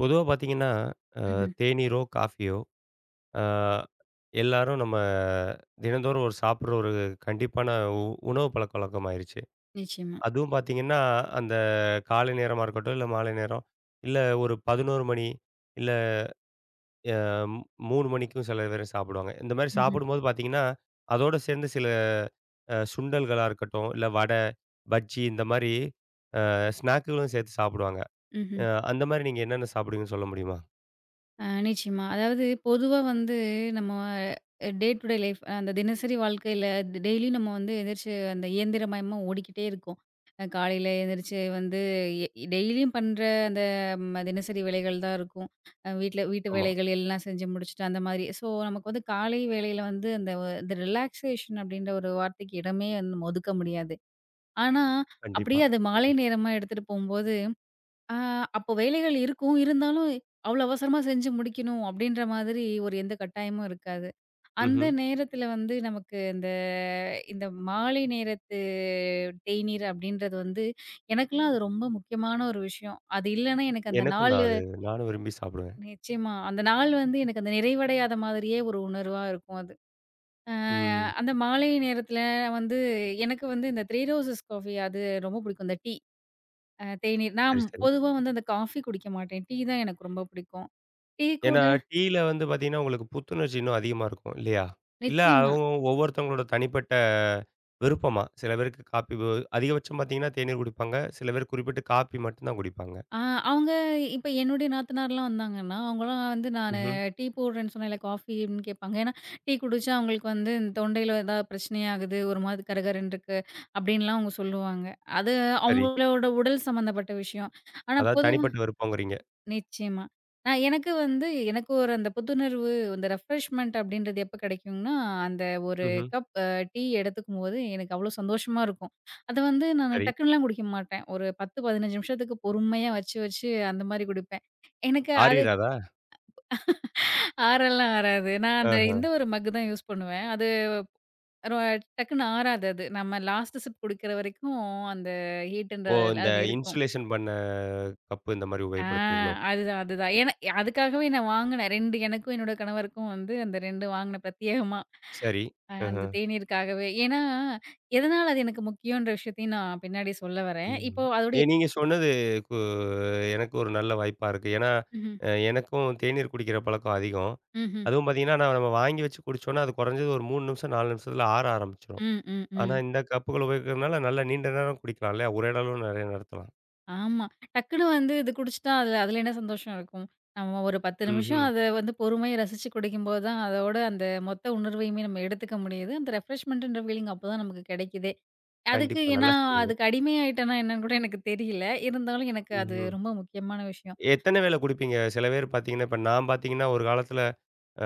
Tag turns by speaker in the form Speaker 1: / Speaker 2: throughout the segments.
Speaker 1: பொதுவா பார்த்தீங்கன்னா, அ
Speaker 2: ம்ஹ்ம்.
Speaker 1: தேநீரோ, காஃபியோ அ எல்லாரும் நம்ம தினந்தோறும் ஒரு சாப்பிடுற ஒரு கண்டிப்பான உ உணவு பழக்கவழக்கம் ஆயிருச்சு.
Speaker 2: நிச்சயமா.
Speaker 1: அதுவும் பார்த்தீங்கன்னா, அந்த காலை நேரமா இருக்கட்டும், இல்ல மாலை நேரம், இல்ல ஒரு 11 மணி, இல்ல அ 3 மணிக்கும் சில பேர் சாப்பிடுவாங்க. இந்த மாரி
Speaker 2: ம்ஹ்ம்,
Speaker 1: சாப்பிடும்போது பார்த்தீங்கன்னா, அதோட சேர்ந்து சில சுண்டல்களா இருக்கட்டும், இல்ல வடை, பஜ்ஜி இந்த மாரி ஸ்நாக்குகளும் சேர்த்து சாப்பிடுவாங்க.
Speaker 2: ம்ஹ்ம்.
Speaker 1: அ அந்த மாரி நீங்க என்னென்ன சாப்பிடுவீங்கன்னு சொல்ல முடியுமா?
Speaker 2: நிச்சயமா. அதாவது பொதுவா வந்து நம்ம டே டு டே லைஃப் அந்த தினசரி வாழ்க்கையில டெய்லியும் நம்ம வந்து எந்திரிச்சு அந்த இயந்திரமயமா ஓடிக்கிட்டே இருக்கோம். காலையில எந்திரிச்சு வந்து டெய்லியும் பண்ற அந்த தினசரி வேலைகள் தான் இருக்கும். வீட்ல வீட்டு
Speaker 1: ஆமா.
Speaker 2: வேலைகள் எல்லாம் செஞ்சு முடிச்சுட்டு அந்த மாதிரி. ஸோ, நமக்கு வந்து காலை வேளையில வந்து அந்த இந்த ரிலாக்சேஷன் அப்படின்ற ஒரு வார்த்தைக்கு இடமே வந்து நம்ம ஒதுக்க முடியாது. ஆனா,
Speaker 1: கண்டிப்பா.
Speaker 2: அப்படியே அது மாலை
Speaker 1: ம்.
Speaker 2: நேரமா எடுத்துட்டு போம்போது ஆ அப்போ வேலைகள் இருக்கும். இருந்தாலும், "அவ்ளோ அவசரமா செஞ்சு முடிக்கணும்." அப்படீன்ற மாதிரி ஒரு எந்த கட்டாயமும் இருக்காது. அந்த
Speaker 1: ம்ஹ்ம்.
Speaker 2: நேரத்தில வந்து நமக்கு இந்த இந்த மாலை நேரத்து தேநீர் அப்படீன்றது வந்து, எனக்கெல்லாம் அது ரொம்ப முக்கியமான ஒரு விஷயம். அது இல்லன்னா எனக்கு அந்த
Speaker 1: எனக்கும் தான்
Speaker 2: நாளு
Speaker 1: அது. நானும் விரும்பி சாப்பிடுவேன்.
Speaker 2: நிச்சயமா. அந்த நாள் வந்து எனக்கு அந்த நிறைவடையாத மாதிரியே ஒரு உணர்வா இருக்கும் அது. அ
Speaker 1: ம்.
Speaker 2: அந்த மாலை நேரத்தில வந்து எனக்கு வந்து இந்த 3 ரோசஸ் காஃபி அது ரொம்ப புடிக்கும். இந்த டீ. தேநீர். நான்
Speaker 1: சரி, சரி.
Speaker 2: பொதுவா வந்து அந்த காஃபி குடிக்க மாட்டேன். டீ தான் எனக்கு ரொம்ப பிடிக்கும். டீ
Speaker 1: ஏன்னா
Speaker 2: கூட
Speaker 1: டீயில வந்து பார்த்தீங்கன்னா, உங்களுக்கு புத்துணர்ச்சி இன்னும் அதிகமா இருக்கும் இல்லையா? இல்ல
Speaker 2: நிச்சயமா.
Speaker 1: அவங்க ஒவ்வொருத்தவங்களோட தனிப்பட்ட விருப்பமா? சில பேருக்கு காப்பி அதிகபட்சம் பார்த்தீங்கன்னா, தேநீர் குடிப்பாங்க. சில பேர் குறிப்பிட்டு காப்பி மட்டும் தான் குடிப்பாங்க.
Speaker 2: ஆ அவங்க இப்ப என்னுடைய நாத்தனார்லாம் வந்தாங்கன்னா, அவங்கலாம் வந்து நானு
Speaker 1: ம்ஹ்ம்.
Speaker 2: டீ போடுறேன்னு சொன்னேன்ல, காஃபின்னு கேட்பாங்க. ஏன்னா, டீ குடிச்சா அவங்களுக்கு வந்து தொண்டையில ஏதாவது பிரச்சனையாகுது, ஒரு மாதிரி கரகரன்னு இருக்கு, அப்படின்லாம் அவங்க சொல்லுவாங்க. அது
Speaker 1: சரி.
Speaker 2: அவங்களோட உடல் சம்மந்தப்பட்ட விஷயம். ஆனா
Speaker 1: அதாவது
Speaker 2: பொதுவா
Speaker 1: தனிப்பட்ட விருப்பங்கிறீங்க.
Speaker 2: நிச்சயமா. எனக்கு வந்து எனக்கு ஒரு அந்த புத்துணர்வு, அந்த ரெஃப்ரெஷ்மென்ட் அப்படின்றது எப்ப கிடைக்கும்னா, அந்த ஒரு
Speaker 1: ம்ஹ்ம்.
Speaker 2: கப் டீ எடுத்துக்கும்போது எனக்கு அவ்வளோ சந்தோஷமா இருக்கும். அத வந்து நானு
Speaker 1: சரி.
Speaker 2: டக்குனுலாம் குடிக்க மாட்டேன். ஒரு 10, 15 நிமிஷத்துக்கு பொறுமையா வச்சு வச்சு அந்த மாரி குடிப்பேன். எனக்கு அது
Speaker 1: ஆறிராதா?
Speaker 2: ஆறலாம் ஆறாது. நான் அந்த
Speaker 1: ஆஹ.
Speaker 2: இந்த ஒரு மக்கு தான் யூஸ் பண்ணுவேன். அது ரொ டக்குன்னு ஆறாது அது. நம்ம லாஸ்ட் சிப் குடிக்கிற வரைக்கும் அந்த ஹீட்ன்ற
Speaker 1: ஓ! இந்த
Speaker 2: அதுல இருக்கும்.
Speaker 1: இன்சுலேஷன் பண்ண கப்பு இந்த மாரி
Speaker 2: ஆ
Speaker 1: உபயோகப்படுத்துவீங்களோ?
Speaker 2: அதுதான், அதுதான். ஏன்னா அதுக்காகவே நான் வாங்குனேன். 2 எனக்கும் என்னோட கணவருக்கும் வந்து அந்த 2 வாங்குனேன் பிரத்யேகமா.
Speaker 1: சரி. ஆஹ.
Speaker 2: அந்த தேநீருக்காகவே. ஏன்னா, எதனால அது எனக்கு முக்கியன்ற விஷயத்தையும் நான் பின்னாடி சொல்ல வரேன்.
Speaker 1: ம்.
Speaker 2: இப்போ
Speaker 1: ஏ
Speaker 2: அதோடைய
Speaker 1: நீங்க சொன்னது கு எனக்கு ஒரு நல்ல வாய்ப்பா இருக்கு. ஏன்னா,
Speaker 2: ம்ஹ்ம்.
Speaker 1: எனக்கும் தேநீர் குடிக்கிற பழக்கம் அதிகம்.
Speaker 2: ம்ஹ்ம்.
Speaker 1: அதுவும் பார்த்தீங்கன்னா, நான் நம்ம வாங்கி வச்சு குடிச்சோம்னா, அது குறைஞ்சது ஒரு 3 நிமிஷம், 4 நிமிஷத்தில ஆற ஆரம்பிச்சுரும்.
Speaker 2: ம், ம்,
Speaker 1: ஆனா,
Speaker 2: ம்.
Speaker 1: இந்த கப்புகள் உபயோகிக்கிறதுனால நல்லா நீண்ட நேரம் குடிக்கலாம் இல்லையா? ஒரே அளவு நிறைய நடத்தலாம்.
Speaker 2: ஆமா. டக்குனு வந்து இது குடிச்சுட்டா அதுல அதுல என்ன சந்தோஷம் இருக்கும்? நம்ம ஒரு 10 நிமிஷம்
Speaker 1: ம்ஹ்ம்.
Speaker 2: அத வந்து பொறுமையா ரசிச்சு குடிக்கும்போது தான் அதோட அந்த மொத்த உணர்வையுமே நம்ம எடுத்துக்க முடியுது. அந்த ரெஃப்ரெஷ்மெண்ட்ன்ற ஃபீலிங் அப்பதான் நமக்கு கிடைக்குதே! அதுக்கு
Speaker 1: கண்டிப்பா.
Speaker 2: ஏன்னா,
Speaker 1: நல்லா சொன்னீங்க.
Speaker 2: அதுக்கு அடிமையாயிட்டேனா என்னன்னு கூட எனக்கு தெரியல. இருந்தாலும் எனக்கு அது
Speaker 1: ம்ஹ்ம்.
Speaker 2: ரொம்ப முக்கியமான விஷயம்.
Speaker 1: எத்தன வேள குடிப்பீங்க? சில பேர் பார்த்தீங்கன்னா, இப்ப நான் பார்த்தீங்கன்னா, ஒரு காலத்தில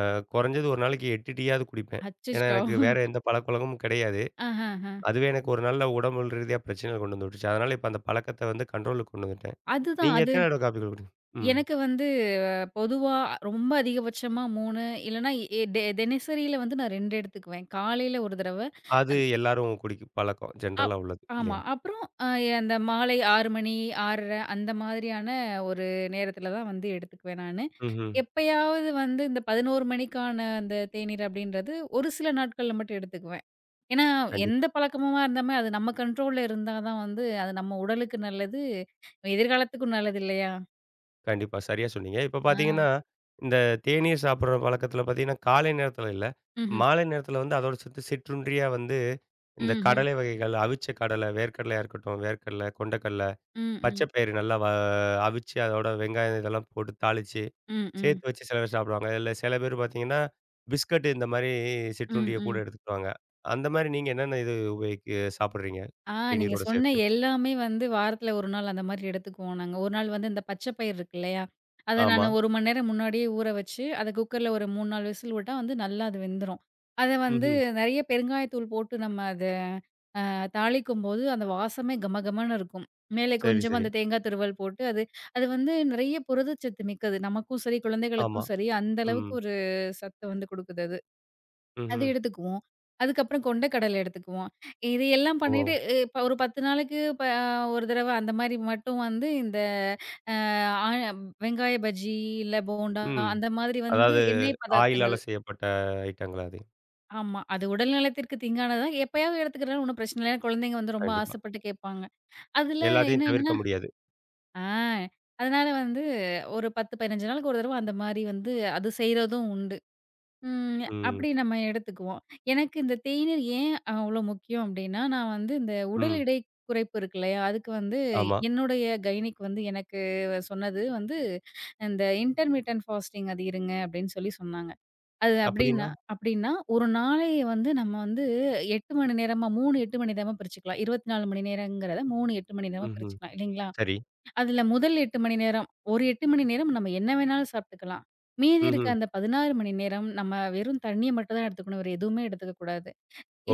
Speaker 1: குறைஞ்சது ஒரு நாளைக்கு 8 டீயாவது குடிப்பேன். ஏன்னா,
Speaker 2: அச்சச்சோ!
Speaker 1: எனக்கு வேற எந்த பழக்கவழக்கமும் கிடையாது.
Speaker 2: அஹஹ.
Speaker 1: அதுவே எனக்கு ஒரு நல்ல உடம்பு ரீதியா பிரச்சனைகள் கொண்டு வந்து விட்டுச்சு. அதனால இப்ப அந்த பழக்கத்த வந்து கண்ட்ரோலுக்கு கொண்டு வந்துட்டேன்.
Speaker 2: அதுதான்
Speaker 1: நீங்க
Speaker 2: அது
Speaker 1: எத்தன தடவ காப்பி குடி. ம்.
Speaker 2: எனக்கு வந்து பொதுவா ரொம்ப அதிகபட்சமா 3 இல்லன்னா எ டெ தினசரியில வந்து நான் 2 எடுத்துக்குவேன். காலையில ஒரு தடவ.
Speaker 1: அது
Speaker 2: அந்
Speaker 1: எல்லாரும் குடிக்கும் பழக்கம்.
Speaker 2: அப்
Speaker 1: ஜெனரலா உள்ளது
Speaker 2: ஆமா.
Speaker 1: இல்லையா?
Speaker 2: அப்புறம் அந்த மாலை 6 மணி, 6:30 அந்த மாதிரியான ஒரு நேரத்தில தான் வந்து எடுத்துக்குவேன் நானு.
Speaker 1: ம்ஹ்ம்.
Speaker 2: எப்பயாவது வந்து இந்த 11 மணிக்கான அந்த தேநீர் அப்படின்றது ஒரு சில நாட்கள்ல மட்டும் எடுத்துக்குவேன். ஏன்னா, எந்த
Speaker 1: கண்டிப்பா,
Speaker 2: பழக்கமா இருந்தாலுமே அது நம்ம கண்ட்ரோல்ல இருந்தா தான் வந்து, அது நம்ம உடலுக்கு நல்லது, எதிர்காலத்துக்கும் நல்லது இல்லையா?
Speaker 1: கண்டிப்பா. சரியா சொன்னீங்க. இப்ப
Speaker 2: ஆ.
Speaker 1: பார்த்தீங்கன்னா, இந்த தேநீர் சாப்பிடுற பழக்கத்துல பார்த்தீங்கன்னா, காலை நேரத்துல இல்ல.
Speaker 2: ம்ஹ்ம்.
Speaker 1: மாலை நேரத்துல வந்து அதோட சேர்த்து சிற்றுண்டியா வந்து இந்த
Speaker 2: ம்ஹ்ம்.
Speaker 1: கடலை வகைகள், அவிச்ச கடலை, வேர்க்கடலையா இருக்கட்டும், வேர்க்கடலை, கொண்டைக்கடல
Speaker 2: ம்,
Speaker 1: பச்சை
Speaker 2: ம்.
Speaker 1: பயிறு நல்லா அவிச்சு, அதோட வெங்காயம் இதெல்லாம் போட்டு தாளிச்சு,
Speaker 2: ம், ம்.
Speaker 1: சேர்த்து வச்சு சில பேர் சாப்பிடுவாங்க. இல்ல சில பேர் பார்த்தீங்கன்னா, பிஸ்கட் இந்த மாரி
Speaker 2: ம்,
Speaker 1: சிற்றுண்டிய கூட
Speaker 2: ம்.
Speaker 1: எடுத்துக்குவாங்க. அந்த மாரி நீங்க என்னென்ன இது உபயோகிக்கு சாப்பிடுறீங்க?
Speaker 2: ஆ நீங்க
Speaker 1: தேநீரோட
Speaker 2: சொன்ன
Speaker 1: சேர்த்து.
Speaker 2: எல்லாமே வந்து வாரத்துல 1 நாள் அந்த மாரி எடுத்துக்குவோம் நாங்க. 1 நாள் வந்து இந்த பச்சை பயிறு இருக்கு இல்லையா? அத
Speaker 1: ஆமா.
Speaker 2: நானு 1 மணி நேரம் முன்னாடியே ஊற வச்சு, அத குக்கர்ல ஒரு 3, 4 விசில் விட்டா வந்து நல்லா அது வெந்துரும். அத வந்து
Speaker 1: ம்ஹ்ம்.
Speaker 2: நெறைய பெருங்காயத்தூள் போட்டு நம்ம அத தாளிக்கும்போது அந்த வாசமே கமகமன்னு இருக்கும். மேலே
Speaker 1: சரி,
Speaker 2: கொஞ்சமா
Speaker 1: சரி.
Speaker 2: அந்த தேங்காய் துருவல் போட்டு, அது அது வந்து நிறைய புரதச்சத்து மிக்கது. நமக்கும் சரி,
Speaker 1: ஆமா.
Speaker 2: குழந்தைகளுக்கும் சரி, அந்த அளவுக்கு
Speaker 1: ம்.
Speaker 2: ஒரு சத்து வந்து குடுக்குது அது. அது
Speaker 1: ம்ஹ்ம்.
Speaker 2: எடுத்துக்குவோம். அதுக்கப்புறம் கொண்ட கடலை எடுத்துக்குவோம். இது எல்லாம்
Speaker 1: ஓ!
Speaker 2: பண்ணிட்டு இப்ப ஒரு 10 நாளைக்கு ஒரு தடவ அந்த மாரி மட்டும் வந்து இந்த ஆ வெங்காய பஜ்ஜி, இல்ல போண்டா
Speaker 1: ம்.
Speaker 2: அந்த மாதிரி வந்து
Speaker 1: அதாவது
Speaker 2: எண்ணெய்
Speaker 1: ஆயிலால
Speaker 2: பதார்த்தங்கள்.
Speaker 1: செய்யப்பட்ட ஐட்டங்களா அது?
Speaker 2: ஆமா. அது உடல் நலத்திற்கு தீங்கானது தான். எப்பயாவது எடுத்துக்கிறனால ஒண்ணும் பிரச்சனை இல்ல. ஏன்னா குழந்தைங்க வந்து ரொம்ப
Speaker 1: கண்டிப்பா.
Speaker 2: ஆசைப்பட்டு கேட்பாங்க. அதுல
Speaker 1: எல்லாத்தையும்
Speaker 2: என்ன
Speaker 1: தவிர்க்க
Speaker 2: என்னன்னா
Speaker 1: முடியாது.
Speaker 2: ஆ. அதனால வந்து ஒரு 10, 15 நாளுக்கு ஒரு தடவ அந்த மாரி வந்து அது செய்றதும் உண்டு. ம்
Speaker 1: ம்.
Speaker 2: அப்படி நம்ம எடுத்துக்குவோம். எனக்கு இந்த தேநீர் ஏன் அவ்வளோ முக்கியம் அப்படின்னா, நான் வந்து இந்த உடல்
Speaker 1: ம்.
Speaker 2: எடை குறைப்பு இருக்கு இல்லையா? அதுக்கு வந்து
Speaker 1: ஆமா.
Speaker 2: என்னுடைய கைனிக் வந்து எனக்கு சொன்னது வந்து, இந்த இன்டர்மிட்டன்ட் ஃபாஸ்டிங் அது இருங்க அப்படின்னு சொல்லி சொன்னாங்க. அது அப்படின்னா
Speaker 1: அப்படின்னா?
Speaker 2: அப்படின்னா, ஒரு நாளை வந்து நம்ம வந்து 8 மணி நேரமா 3, 8 மணி நேரமா பிரிச்சுக்கலாம். 24 மணி நேரங்கிறத 3, 8 மணி நேரமா
Speaker 1: ம்ஹ்ம்.
Speaker 2: பிரிச்சுக்கலாம் இல்லைங்களா?
Speaker 1: சரி.
Speaker 2: அதுல முதல் 8 மணி நேரம், ஒரு 8 மணி நேரம் நம்ம என்ன வேணாலும் சாப்பிட்டுக்கலாம். மீதி இருக்க
Speaker 1: ம்ஹ்ம்.
Speaker 2: அந்த 16 மணி நேரம் நம்ம வெறும் தண்ணீய மட்டும் தான் எடுத்துக்கணும். வேற எதுவுமே எடுத்துக்க கூடாது.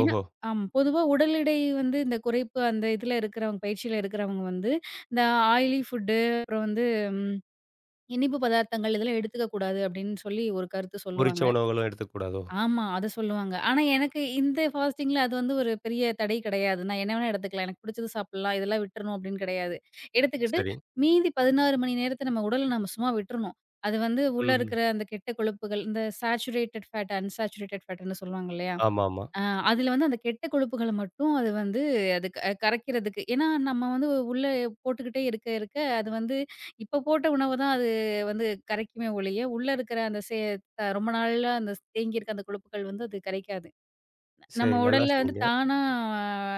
Speaker 2: ஏன்னா
Speaker 1: ஓஹோ!
Speaker 2: ஆமா. பொதுவா உடல் எடை வந்து இந்த குறைப்பு அந்த இதுல இருக்கிறவங்க பயிற்சியில இருக்கிறவங்க வந்து, இந்த ஆயிலி ஃபுட்டு அப்புறம் வந்து இனிப்பு பதார்த்தங்கள் இதெல்லாம் எடுத்துக்க கூடாது அப்படின்னு சொல்லி ஒரு கருத்து
Speaker 1: பொரிச்ச
Speaker 2: சொல்லுவாங்க.
Speaker 1: உணவுகளும் எடுத்துக்கக்கூடாதோ?
Speaker 2: ஆமா. அத சொல்லுவாங்க. ஆனா எனக்கு இந்த ஃபாஸ்டிங்ல அது வந்து ஒரு பெரிய தடை கிடையாது. நான் என்ன வேணா எடுத்துக்கலாம். எனக்கு பிடிச்சது சாப்பிடலாம். இதெல்லாம் விட்டுறணும் அப்படின்னு கிடையாது. எடுத்துக்கிட்டு
Speaker 1: சரி.
Speaker 2: மீதி 16 மணி நேரத்த நம்ம உடல நம்ம சும்மா விட்டுறணும். அது வந்து உள்ள
Speaker 1: ம்ஹ்ம்.
Speaker 2: இருக்கிற அந்த கெட்ட கொழுப்புகள், இந்த சேச்சுரேட்டட் ஃபேட், அன்சாச்சுரேட்டட் ஃபேட்ன்னு சொல்லுவாங்க இல்லையா?
Speaker 1: ஆமாமா.
Speaker 2: ஆ அதுல வந்து அந்த கெட்ட கொழுப்புகள மட்டும் அது வந்து அது கரைக்கிறதுக்கு ஏன்னா, நம்ம வந்து உள்ள போட்டுக்கிட்டே இருக்க, இருக்க அது வந்து இப்ப போட்ட உணவு தான் அது வந்து கரைக்குமே ஒழிய, உள்ள இருக்கிற அந்த சே அ ரொம்ப நாளா அந்த தேங்கியிருக்க அந்த கொழுப்புகள் வந்து அது கரைக்காது.
Speaker 1: சரி
Speaker 2: நம்ம
Speaker 1: நல்லா
Speaker 2: உடல்ல வந்து
Speaker 1: சொன்னீங்க.
Speaker 2: தானா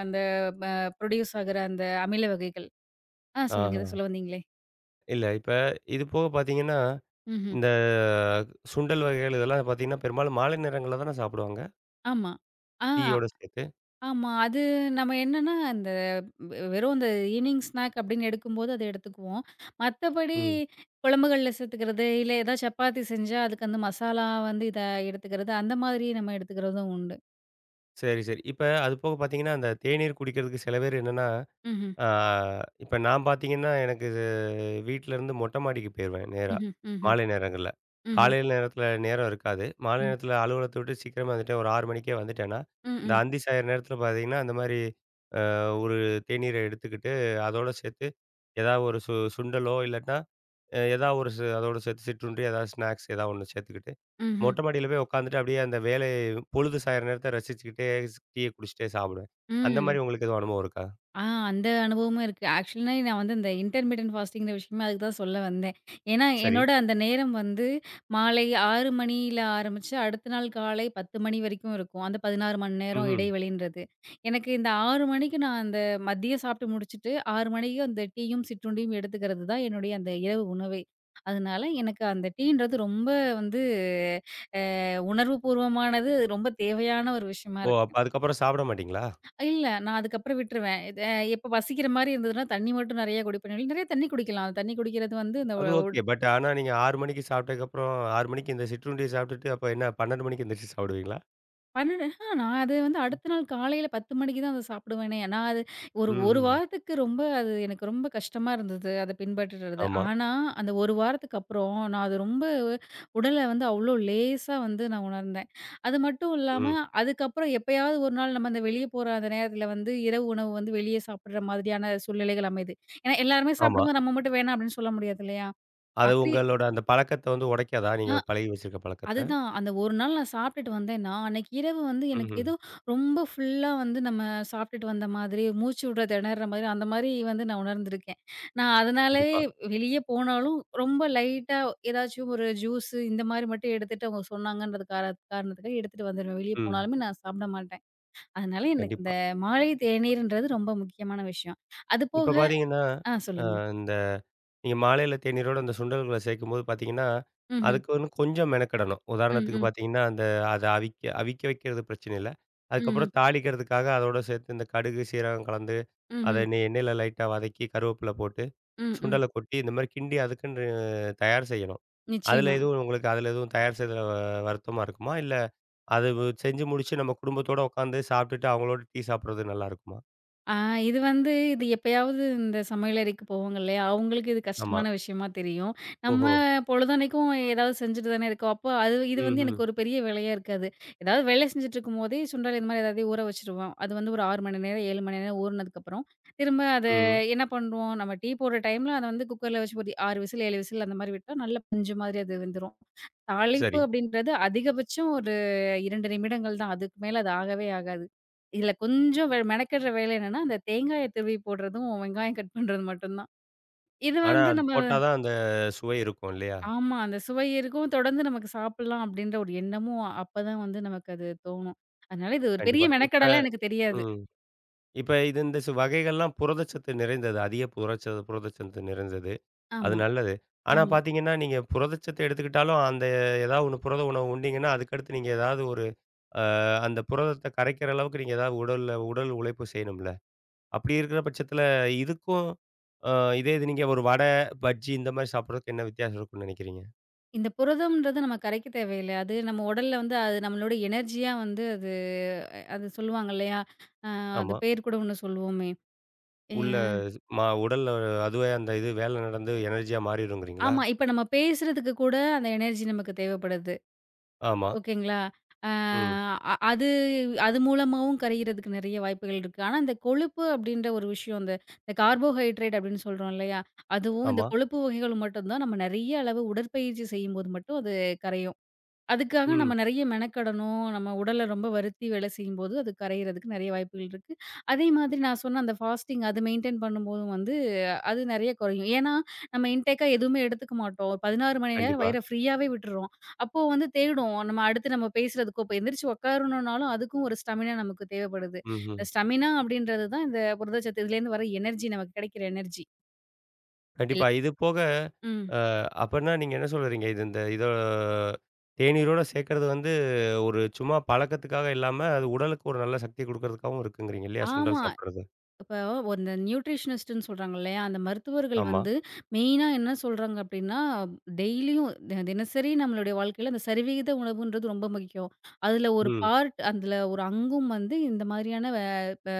Speaker 2: அந்த ப புரொடியூஸ் ஆகுற அந்த அமில வகைகள் சொல்லுங்க.
Speaker 1: ஆஹா.
Speaker 2: ஏதோ சொல்ல வந்தீங்களே?
Speaker 1: இல்ல இப்ப இது போக பார்த்தீங்கன்னா,
Speaker 2: ம்ஹ்ம்.
Speaker 1: இந்த சுண்டல் வகைகள் இதெல்லாம் பார்த்தீங்கன்னா, பெரும்பாலும் மாலை நேரங்கள்ல தானே சாப்பிடுவாங்க?
Speaker 2: ஆமா. ஆ.
Speaker 1: டீயோட சேர்த்து.
Speaker 2: ஆமா. அது நம்ம என்னன்னா, அந்த வெறும் அந்த ஈவினிங் ஸ்நாக் அப்படின்னு எடுக்கும்போது அத எடுத்துக்குவோம். மத்தபடி
Speaker 1: ம்.
Speaker 2: குழம்புகள்ல சேர்த்துக்கிறது, இல்ல ஏதாவது சப்பாத்தி செஞ்சா அதுக்கு அந்த மசாலா வந்து இத எடுத்துக்கிறது, அந்த மாதிரி நம்ம எடுத்துக்கிறதும் உண்டு.
Speaker 1: சரி, சரி. இப்ப அது போக பார்த்தீங்கன்னா, அந்த தேநீர் குடிக்கிறதுக்கு சில பேர் என்னன்னா,
Speaker 2: ம்ஹ்ம்,
Speaker 1: ஆ இப்ப நான் பார்த்தீங்கன்னா, எனக்கு இது வீட்லருந்து மொட்டை மாடிக்கு போயிருவேன் நேரா,
Speaker 2: ம்ஹ்ம், ம்ஹ்ம்,
Speaker 1: மாலை நேரங்கள்ல.
Speaker 2: ம்ஹ்ம்,
Speaker 1: காலையில நேரத்தில நேரம் இருக்காது. மாலை
Speaker 2: ம்,
Speaker 1: நேரத்தில அலுவலகத்த விட்டு சீக்கிரமா வந்துட்டேன். ஒரு 6 மணிக்கே வந்துட்டேன்னா, இந்த
Speaker 2: ம்,
Speaker 1: அந்தி சாயிர நேரத்தில பார்த்தீங்கன்னா, அந்த மாரி ஒரு தேநீரை எடுத்துக்கிட்டு, அதோட சேர்த்து ஏதாவது ஒரு சுண்டலோ இல்லாட்னா, ஏதாவது ஒரு அதோட சேர்த்து சிற்றுண்டி, ஏதாவது ஸ்நாக்ஸ் ஏதாவது ஒண்ணு சேர்த்துக்கிட்டு,
Speaker 2: ம்ஹ்ம்,
Speaker 1: மொட்டை மாடியில போய் உட்காந்துட்டு அப்படியே அந்த வேலை பொழுது சாயிற நேரத்த ரசிச்சுக்கிட்டே டீய குடிச்சிட்டே சாப்பிடுவேன். அந்த
Speaker 2: ம்.
Speaker 1: மாரி உங்களுக்கு எதுவும் அனுபவம் இருக்கா?
Speaker 2: ஆ அந்த அனுபவமும் இருக்கு. ஆக்சுவலா நான் வந்து இந்த இன்டர்மிட்டன்ட் ஃபாஸ்டிங்கிற விஷயமே அதுக்கு தான் சொல்ல வந்தேன். ஏன்னா,
Speaker 1: சரி.
Speaker 2: என்னோட அந்த நேரம் வந்து மாலை 6 மணியில ஆரம்பிச்சு, அடுத்த நாள் காலை 10 மணி வரைக்கும் இருக்கும். அந்த 16 மணி நேரம்
Speaker 1: ம்ஹ்ம்.
Speaker 2: இடைவெளின்றது. எனக்கு இந்த 6 மணிக்கு நான் அந்த மதியம் சாப்பிட்டு முடிச்சுட்டு, 6 மணிக்கு அந்த டீயும், சிற்றுண்டியும் எடுத்துக்கிறது தான் என்னுடைய அந்த இரவு உணவே. அதனால எனக்கு அந்த டீன்றது ரொம்ப வந்து அ உணர்வுபூர்வமானது, ரொம்ப தேவையான ஒரு விஷயமா
Speaker 1: ஓ!
Speaker 2: இருக்கு.
Speaker 1: அப்ப அதுக்கப்புறம் சாப்பிட மாட்டீங்களா?
Speaker 2: இல்ல. நான் அதுக்கப்புறம் விட்டுருவேன். இது எப்ப பசிக்கிற மாரி இருந்ததுன்னா, தண்ணி மட்டும் நெறையா குடிப்பேன். நெறைய தண்ணி குடிக்கலாம். தண்ணி குடிக்கிறது வந்து இந்த
Speaker 1: அது ஓகே. பட் ஆனா நீங்க 6 மணிக்கு சாப்பிட்டதுக்கப்புறம் 6 மணிக்கு இந்த சிற்றுண்டிய சாப்பிட்டுட்டு, அப்ப என்ன 12 மணிக்கு எந்திரிச்சு சாப்பிடுவீங்களா?
Speaker 2: 12 ஆ நான் அது வந்து அடுத்த நாள் காலையில 10 மணிக்கு தான் அத சாப்பிடுவேனே. நான் அது ஒரு
Speaker 1: ம்,
Speaker 2: 1
Speaker 1: ம்.
Speaker 2: வாரத்துக்கு ரொம்ப அது எனக்கு ரொம்ப கஷ்டமா இருந்தது. அத பின்பற்றுறது.
Speaker 1: ஆமா.
Speaker 2: ஆனா, அந்த 1 வாரத்துக்கு அப்புறம் நான் அது ரொம்ப உடல வந்து அவ்ளோ லேசா வந்து நான் உணர்ந்தேன். அது மட்டும் இல்லாம,
Speaker 1: ம்.
Speaker 2: அதுக்கப்புறம் எப்பயாவது ஒரு நாள் நம்ம அந்த வெளிய போற அந்த நேரத்துல வந்து இரவு உணவு வந்து வெளிய சாப்பிடுற மாதிரியான சூழ்நிலைகள் அமையுது. ஏன்னா எல்லாருமே
Speaker 1: ஆமா.
Speaker 2: சாப்பிடும்போது நம்ம மட்டும் வேணாம் அப்படின்னு சொல்ல முடியாது இல்லையா?
Speaker 1: அது
Speaker 2: அப்படி
Speaker 1: உங்களோட அந்த பழக்கத்த வந்து உடைக்காதா?
Speaker 2: ஆ
Speaker 1: நீங்க பழகி வச்சிருக்க பழக்கத்த?
Speaker 2: அதுதான். அந்த ஒரு நாள் நான் சாப்பிட்டுட்டு வந்தேன்னா, அன்னைக்கு இரவு வந்து எனக்கு
Speaker 1: ம்ஹ்ம்.
Speaker 2: ஏதோ ரொம்ப ஃபுல்லா வந்து நம்ம சாப்பிட்டுட்டு வந்த மாதிரி, மூச்சு விட திணற மாதிரி, அந்த மாரி வந்து நான் உணர்ந்திருக்கேன். நான் அதனாலயே
Speaker 1: கண்டிப்பா.
Speaker 2: வெளிய போனாலும் ரொம்ப லைட்டா ஏதாச்சும் ஒரு ஜூஸு இந்த மாரி மட்டும் எடுத்துட்டு அவங்க சொன்னாங்கன்றது காரணத்துக்காக எடுத்துட்டு வந்துருவேன். வெளிய
Speaker 1: ம்.
Speaker 2: போனாலுமே நான் சாப்பிட மாட்டேன். அதனால எனக்கு
Speaker 1: கண்டிப்பா.
Speaker 2: இந்த மாலை தேநீர்ன்றது ரொம்ப முக்கியமான விஷயம். அது
Speaker 1: இப்ப
Speaker 2: போக
Speaker 1: பார்த்தீங்கன்னா, அ
Speaker 2: சொல்லுங்க.
Speaker 1: இந்த நீங்க மாலையில தேநீரோட அந்த சுண்டல்கள சேர்க்கும்போது பார்த்தீங்கன்னா,
Speaker 2: ம்ஹ்ம்.
Speaker 1: அதுக்குன்னு கொஞ்சம் மெனக்கெடணும்.
Speaker 2: ம்,
Speaker 1: உதாரணத்துக்கு
Speaker 2: ம்.
Speaker 1: பார்த்தீங்கன்னா, அந்த அத அவிக்க அவிக்க வைக்கிறது பிரச்சனை இல்ல.
Speaker 2: ம்ஹ்ம்.
Speaker 1: அதுக்கப்புறம் தாளிக்கிறதுக்காக அதோட சேர்த்து இந்த கடுகு, சீரகம் கலந்து, அத
Speaker 2: ம்ஹ்ம்.
Speaker 1: எண்ணெயில லைட்டா வதக்கி, கருவேப்பில போட்டு,
Speaker 2: ம், ம். ம்.
Speaker 1: சுண்டல கொட்டி இந்த மாரி கிண்டி அதுக்குன்னு தயார் செய்யணும். அதுல
Speaker 2: நிச்சயமா.
Speaker 1: எதுவும் உங்களுக்கு அதுல எதுவும் தயார் செய்தல வருத்தமா இருக்குமா? இல்ல அது செஞ்சு முடிச்சு நம்ம குடும்பத்தோட உட்காந்து சாப்பிட்டுட்டு அவங்களோட டீ சாப்பிடுறது நல்லா இருக்குமா?
Speaker 2: ஆ இது வந்து இது எப்பயாவது இந்த சமையலறைக்கு போவாங்க இல்லையா? அவங்களுக்கு இது
Speaker 1: ஆமா.
Speaker 2: கஷ்டமான விஷயமா தெரியும். நம்ம
Speaker 1: ஓஹோ!
Speaker 2: பொழுதன்னைக்கும் ஏதாவது செஞ்சுட்டு தானே இருக்கோம். அப்போ அது இது வந்து
Speaker 1: ம்ஹ்ம்.
Speaker 2: எனக்கு ஒரு பெரிய வேலையா இருக்காது. ஏதாவது வேலை செஞ்சுட்டுருக்கும்போதே சுண்டல் இந்த மாதிரி ஏதாவது ஊற வச்சுருவோம். அது வந்து ஒரு 6 மணி நேரம், 7 மணி நேரம் ஊறினதுக்கப்புறம், திரும்ப அத
Speaker 1: ம். ம்,
Speaker 2: என்ன பண்ணுவோம், நம்ம டீ போடுற டைம்ல அத வந்து குக்கர்ல வச்சு ஒரு 6 விசில், 7 விசில் அந்த மாதிரி விட்டா நல்ல பஞ்சு மாதிரி அது வெந்துரும். தாளிப்பு
Speaker 1: சரி.
Speaker 2: அப்படின்றது அதிகபட்சம் ஒரு 2 நிமிடங்கள் தான். அதுக்கு மேல அது ஆகவே ஆகாது. இதுல கொஞ்சம் மெனக்கெடுற வேலை என்னன்னா, அந்த தேங்காய துருவி போடுறதும், வெங்காயம் கட் பண்றது மட்டும் தான். இது
Speaker 1: ஆனா
Speaker 2: வந்து
Speaker 1: அது
Speaker 2: நம்ம
Speaker 1: போட்டா தான் அந்த சுவை இருக்கும் இல்லையா?
Speaker 2: ஆமா. அந்த சுவை இருக்கும். தொடர்ந்து நமக்கு சாப்பிடலாம் அப்படின்ற ஒரு எண்ணமும் அப்பதான் வந்து நமக்கு அது தோணும். அதனால இது ஒரு பெரிய
Speaker 1: கண்டிப்பா. இப்ப
Speaker 2: மெனக்கெடலாம் எனக்கு தெரியாது.
Speaker 1: ம். இப்ப இது இந்த வகைகள்லாம் புரதச்சத்து நிறைந்தது. அதிக புரதச்சத்து நிறைந்தது. அது
Speaker 2: ஆமா,
Speaker 1: நல்லது. ஆனா
Speaker 2: ஆமா.
Speaker 1: பார்த்தீங்கன்னா, நீங்க புரதச்சத்து எடுத்துக்கிட்டாலும் அந்த ஏதாவது ஒண்ணு புரத உணவு உண்டீங்கன்னா, அதுக்கடுத்து நீங்க ஏதாவது ஒரு அ அந்த புரதத்த கரைக்கிற அளவுக்கு நீங்க ஏதாவது உடல்ல உடல் உழைப்பு செய்யணும்ல? அப்படி இருக்கிற பட்சத்தில, இதுக்கும் அ இதே இது நீங்க ஒரு வடை, பஜ்ஜி இந்த மாரி சாப்பிடுறதுக்கு என்ன வித்தியாசம் இருக்கும்னு நினைக்கிறீங்க?
Speaker 2: இந்த புரதம்ன்றது நம்ம கரைக்க தேவையில்ல. அது நம்ம உடல்ல வந்து அது நம்மளோட எனர்ஜியா வந்து அது அது சொல்லுவாங்க இல்லையா? அ அது
Speaker 1: ஆமா.
Speaker 2: பேர் கூட ஒண்ணு சொல்லுவோமே. எ
Speaker 1: உள்ள ஸ்- மா உடல்ல அதுவே அந்த இது வேலை நடந்து எனர்ஜியா மாறிடுங்கிறீங்களா?
Speaker 2: ஆமா. இப்ப நம்ம பேசுறதுக்கு கூட அந்த எனர்ஜி நமக்கு தேவைப்படுது.
Speaker 1: ஆமா.
Speaker 2: ஓகேங்களா? அ
Speaker 1: ம்.
Speaker 2: அ அது அது மூலமாவும் கரையிறதுக்கு நெறைய வாய்ப்புகள் இருக்கு. ஆனா, இந்த கொழுப்பு அப்படின்ற ஒரு விஷயம் அந்த இந்த கார்போஹைட்ரேட் அப்படின்னு சொல்றோம் இல்லையா? அதுவும் இந்த
Speaker 1: ஆமா.
Speaker 2: கொழுப்பு வகைகள் மட்டும் தான் நம்ம நெறைய அளவு உடற்பயிற்சி செய்யும்போது மட்டும் அது கரையும். அதுக்காக
Speaker 1: ம்.
Speaker 2: நம்ம நெறைய மெனக்கெடணும். நம்ம உடல ரொம்ப வருத்தி வேலை செய்யும்போது, அது கரையிறதுக்கு நெறைய வாய்ப்புகள் இருக்கு. அதே மாதிரி நான் சொன்ன அந்த ஃபாஸ்டிங் அது மெயின்டெயின் பண்ணும்போதும் வந்து, அது நெறைய குறையும். ஏன்னா, நம்ம இன்டேக்கா எதுவுமே எடுத்துக்க மாட்டோம். 16 மணி நேரம்
Speaker 1: கண்டிப்பா.
Speaker 2: வயிற ஃப்ரீயாவே விட்டுர்றோம். அப்போ வந்து தேடும். நம்ம அடுத்து நம்ம பேசுறதுக்கோ, இப்ப எந்திரிச்சு உட்காரணும்னாலும் அதுக்கும் ஒரு ஸ்டெமினா நமக்கு தேவைப்படுது.
Speaker 1: ம்ஹ்ம்.
Speaker 2: இந்த ஸ்டெமினா அப்படின்றது தான் இந்த புரதச்சத்து இதுலேருந்து வர எனர்ஜி நமக்கு கிடைக்கிற எனர்ஜி.
Speaker 1: கண்டிப்பா.
Speaker 2: எல்
Speaker 1: இது போக
Speaker 2: ம்.
Speaker 1: அ அப்பன்னா நீங்க என்ன சொல்றீங்க? இது இந்த இத தேநீரோட சேர்க்கறது வந்து ஒரு சும்மா பழக்கத்துக்காக இல்லாம, அது உடலுக்கு ஒரு நல்ல சக்தி குடுக்கறதுக்காகவும் இருக்குங்கிறீங்க இல்லையா?
Speaker 2: ஆமா.
Speaker 1: சுண்டல் சாப்பிடுறது.
Speaker 2: இப்போ ஒரு இந்த நியூட்ரிஷனிஸ்ட்டுன்னு சொல்றாங்க இல்லையா? அந்த மருத்துவர்கள்
Speaker 1: ஆமா.
Speaker 2: வந்து மெயினா என்ன சொல்றாங்க அப்டின்னா, டெய்லியும் தினசரி நம்மளுடைய வாழ்க்கையில அந்த சரிவிகித உணவுன்றது ரொம்ப முக்கியம். அதுல ஒரு
Speaker 1: ம்.
Speaker 2: பார்ட், அதுல ஒரு அங்கும் வந்து இந்த மாதிரியான வே ப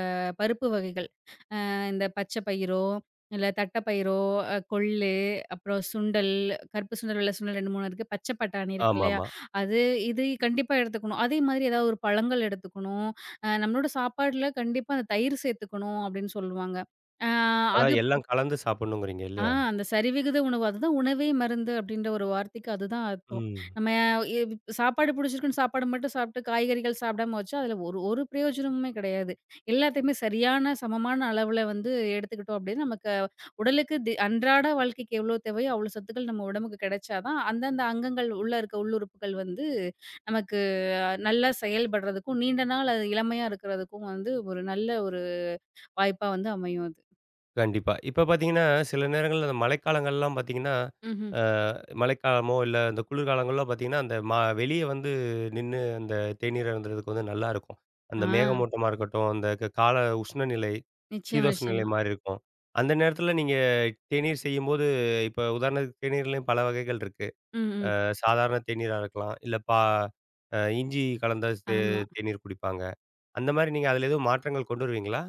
Speaker 2: பருப்பு வகைகள். இந்த பச்சை பயிரோ, இல்ல தட்டப்பயிரோ, கொள்ளு, அப்புறம் சுண்டல், கருப்பு சுண்டல், வெள்ள சுண்டல் 2, 3 இருக்கு. பச்சை பட்டாணி இருக்கு இல்லையா?
Speaker 1: ஆமாமா.
Speaker 2: அது இது கண்டிப்பா எடுத்துக்கணும். அதே மாதிரி ஏதாவது ஒரு பழங்கள் எடுத்துக்கணும். நம்மளோட சாப்பாடுல கண்டிப்பா அந்த தயிர் சேர்த்துக்கணும் அப்படின்னு சொல்லுவாங்க. அ அது
Speaker 1: அதான் எல்லாம் கலந்து சாப்பிடணுங்கிறீங்க
Speaker 2: ஆ
Speaker 1: இல்லையா?
Speaker 2: அந்த சரிவிகித உணவு. அதுதான் உணவே மருந்து அப்படின்ற ஒரு வார்த்தைக்கு அதுதான் அர்த்தம்.
Speaker 1: ம்.
Speaker 2: நம்ம இ சாப்பாடு பிடிச்சிருக்குன்னு சாப்பாடு மட்டும் சாப்பிட்டு, காய்கறிகள் சாப்பிடாம வச்சா, அதில ஒரு ஒரு பிரயோஜனமுமே கிடையாது. எல்லாத்தையுமே சரியான, சமமான அளவுல வந்து எடுத்துக்கிட்டோம் அப்படின்னா, நமக்கு உடலுக்கு அன்றாட வாழ்க்கைக்கு எவ்வளோ தேவையோ, அவ்வளோ சத்துக்கள் நம்ம உடம்புக்கு கிடைச்சா தான், அந்தந்த அங்கங்கள் உள்ள இருக்க உள்ளுறுப்புகள் வந்து நமக்கு நல்லா செயல்படுறதுக்கும், நீண்ட நாள் அது இளமையா இருக்கிறதுக்கும் வந்து ஒரு நல்ல ஒரு வாய்ப்பா வந்து அமையும் அது.
Speaker 1: கண்டிப்பா. இப்ப பார்த்தீங்கன்னா, சில நேரங்கள்ல அந்த மழைக்காலங்கள்லாம் பார்த்தீங்கன்னா,
Speaker 2: ம்ஹ்ம்.
Speaker 1: அ மழைக்காலமோ இல்ல இந்த குளிர்காலங்களோ பார்த்தீங்கன்னா, அந்த வெளிய வந்து நின்னு அந்த தேநீர் அருந்துறதுக்கு வந்து நல்லா இருக்கும். அந்த
Speaker 2: ஆ.
Speaker 1: மேகமூட்டமா இருக்கட்டும், அந்த கால உஷ்ணநிலை,
Speaker 2: நிச்சயமா,
Speaker 1: சீதோஷ்ண நிலை
Speaker 2: நிச்சயமா.
Speaker 1: மாரி இருக்கும். அந்த நேரத்தில நீங்க தேநீர் செய்யும்போது, இப்ப உதாரணத்துக்கு தேநீர்லயும் பல வகைகள் இருக்கு.
Speaker 2: ம், ம்.
Speaker 1: சாதாரண தேநீரா இருக்கலாம். இல்ல இஞ்சி கலந்த
Speaker 2: ஆமா.
Speaker 1: தேநீர் குடிப்பாங்க. அந்த மாரி நீங்க அதில எதுவும் மாற்றங்கள் கொண்டு வருவீங்களா?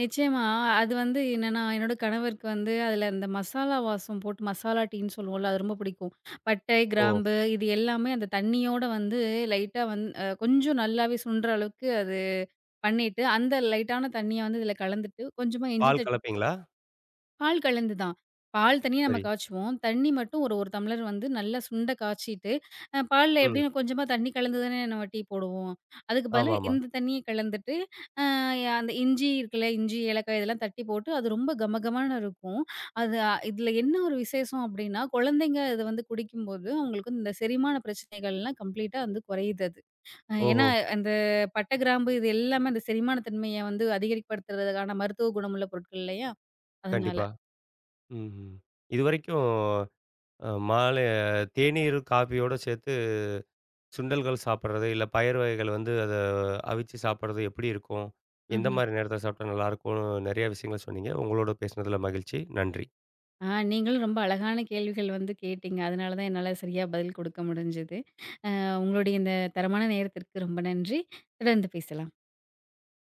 Speaker 2: நிச்சயமா. அது வந்து என்னன்னா, என்னோட கணவருக்கு வந்து அதில அந்த மசாலா வாசம் போட்டு மசாலா டீன்னு சொல்லுவோம்ல, அது ரொம்ப பிடிக்கும். பட்டை,
Speaker 1: ஓ!
Speaker 2: கிராம்பு இது எல்லாமே அந்த தண்ணியோட வந்து லைட்டா வந் அ கொஞ்சம் நல்லாவே சுண்டுற அளவுக்கு அது பண்ணிட்டு, அந்த லைட்டான தண்ணிய வந்து இதில கலந்துட்டு, கொஞ்சமா இஞ்சி
Speaker 1: பால்
Speaker 2: தட்டி
Speaker 1: கலப்பீங்களா?
Speaker 2: பால் கலந்து தான். பால் தனியா நம்ம
Speaker 1: சரி.
Speaker 2: காய்ச்சுவோம். தண்ணி மட்டும் ஒரு 1 டம்ளர் வந்து நல்லா சுண்ட காய்ச்சிட்டு, பால்ல
Speaker 1: ம்.
Speaker 2: எப்படியும் கொஞ்சமா தண்ணி கலந்து தானே நம்ம டீ போடுவோம். அதுக்கு பதிலா
Speaker 1: ஆமாமா.
Speaker 2: இந்த தண்ணிய கலந்துட்டு, அ அந்த இஞ்சி இருக்குல்ல, இஞ்சி, ஏலக்காய் இதெல்லாம் தட்டி போட்டு, அது ரொம்ப கமகமன்னு இருக்கும். அது இதுல என்ன ஒரு விசேஷம் அப்படின்னா, குழந்தைங்க இத வந்து குடிக்கும்போது, அவங்களுக்கு இந்த செரிமான பிரச்சனைகள்லாம் கம்ப்ளீட்டா வந்து குறையுது அது. ஏன்னா
Speaker 1: ஓஹோ!
Speaker 2: அந்த பட்டை, கிராம்பு இது எல்லாமே அந்த செரிமான தன்மைய வந்து அதிகப்படுத்துறதுக்கான மருத்துவ குணமுள்ள பொருட்கள் இல்லையா? அதனால.
Speaker 1: கண்டிப்பா. ம்ஹ்ம். இதுவரைக்கும் மாலை தேநீர், காஃபியோட சேர்த்து சுண்டல்கள் சாப்பிடுறது, இல்ல பயறு வகைகள் வந்து அத அவிச்சு சாப்பிடுறது எப்படி இருக்கும்? எந்த
Speaker 2: ம்ஹ்ம்.
Speaker 1: மாரி நேரத்தில சாப்பிட்டா நல்லாயிருக்கும்னு நெறைய விஷயங்கள் சொன்னீங்க. உங்களோட பேசினதில மகிழ்ச்சி. நன்றி.
Speaker 2: நீங்களும் ரொம்ப அழகான கேள்விகள் வந்து கேட்டீங்க. அதனால தான் என்னால சரியா பதில் குடுக்க முடிஞ்சது. உங்களுடைய இந்த தரமான நேரத்திற்கு ரொம்ப நன்றி. தொடர்ந்து பேசலாம்.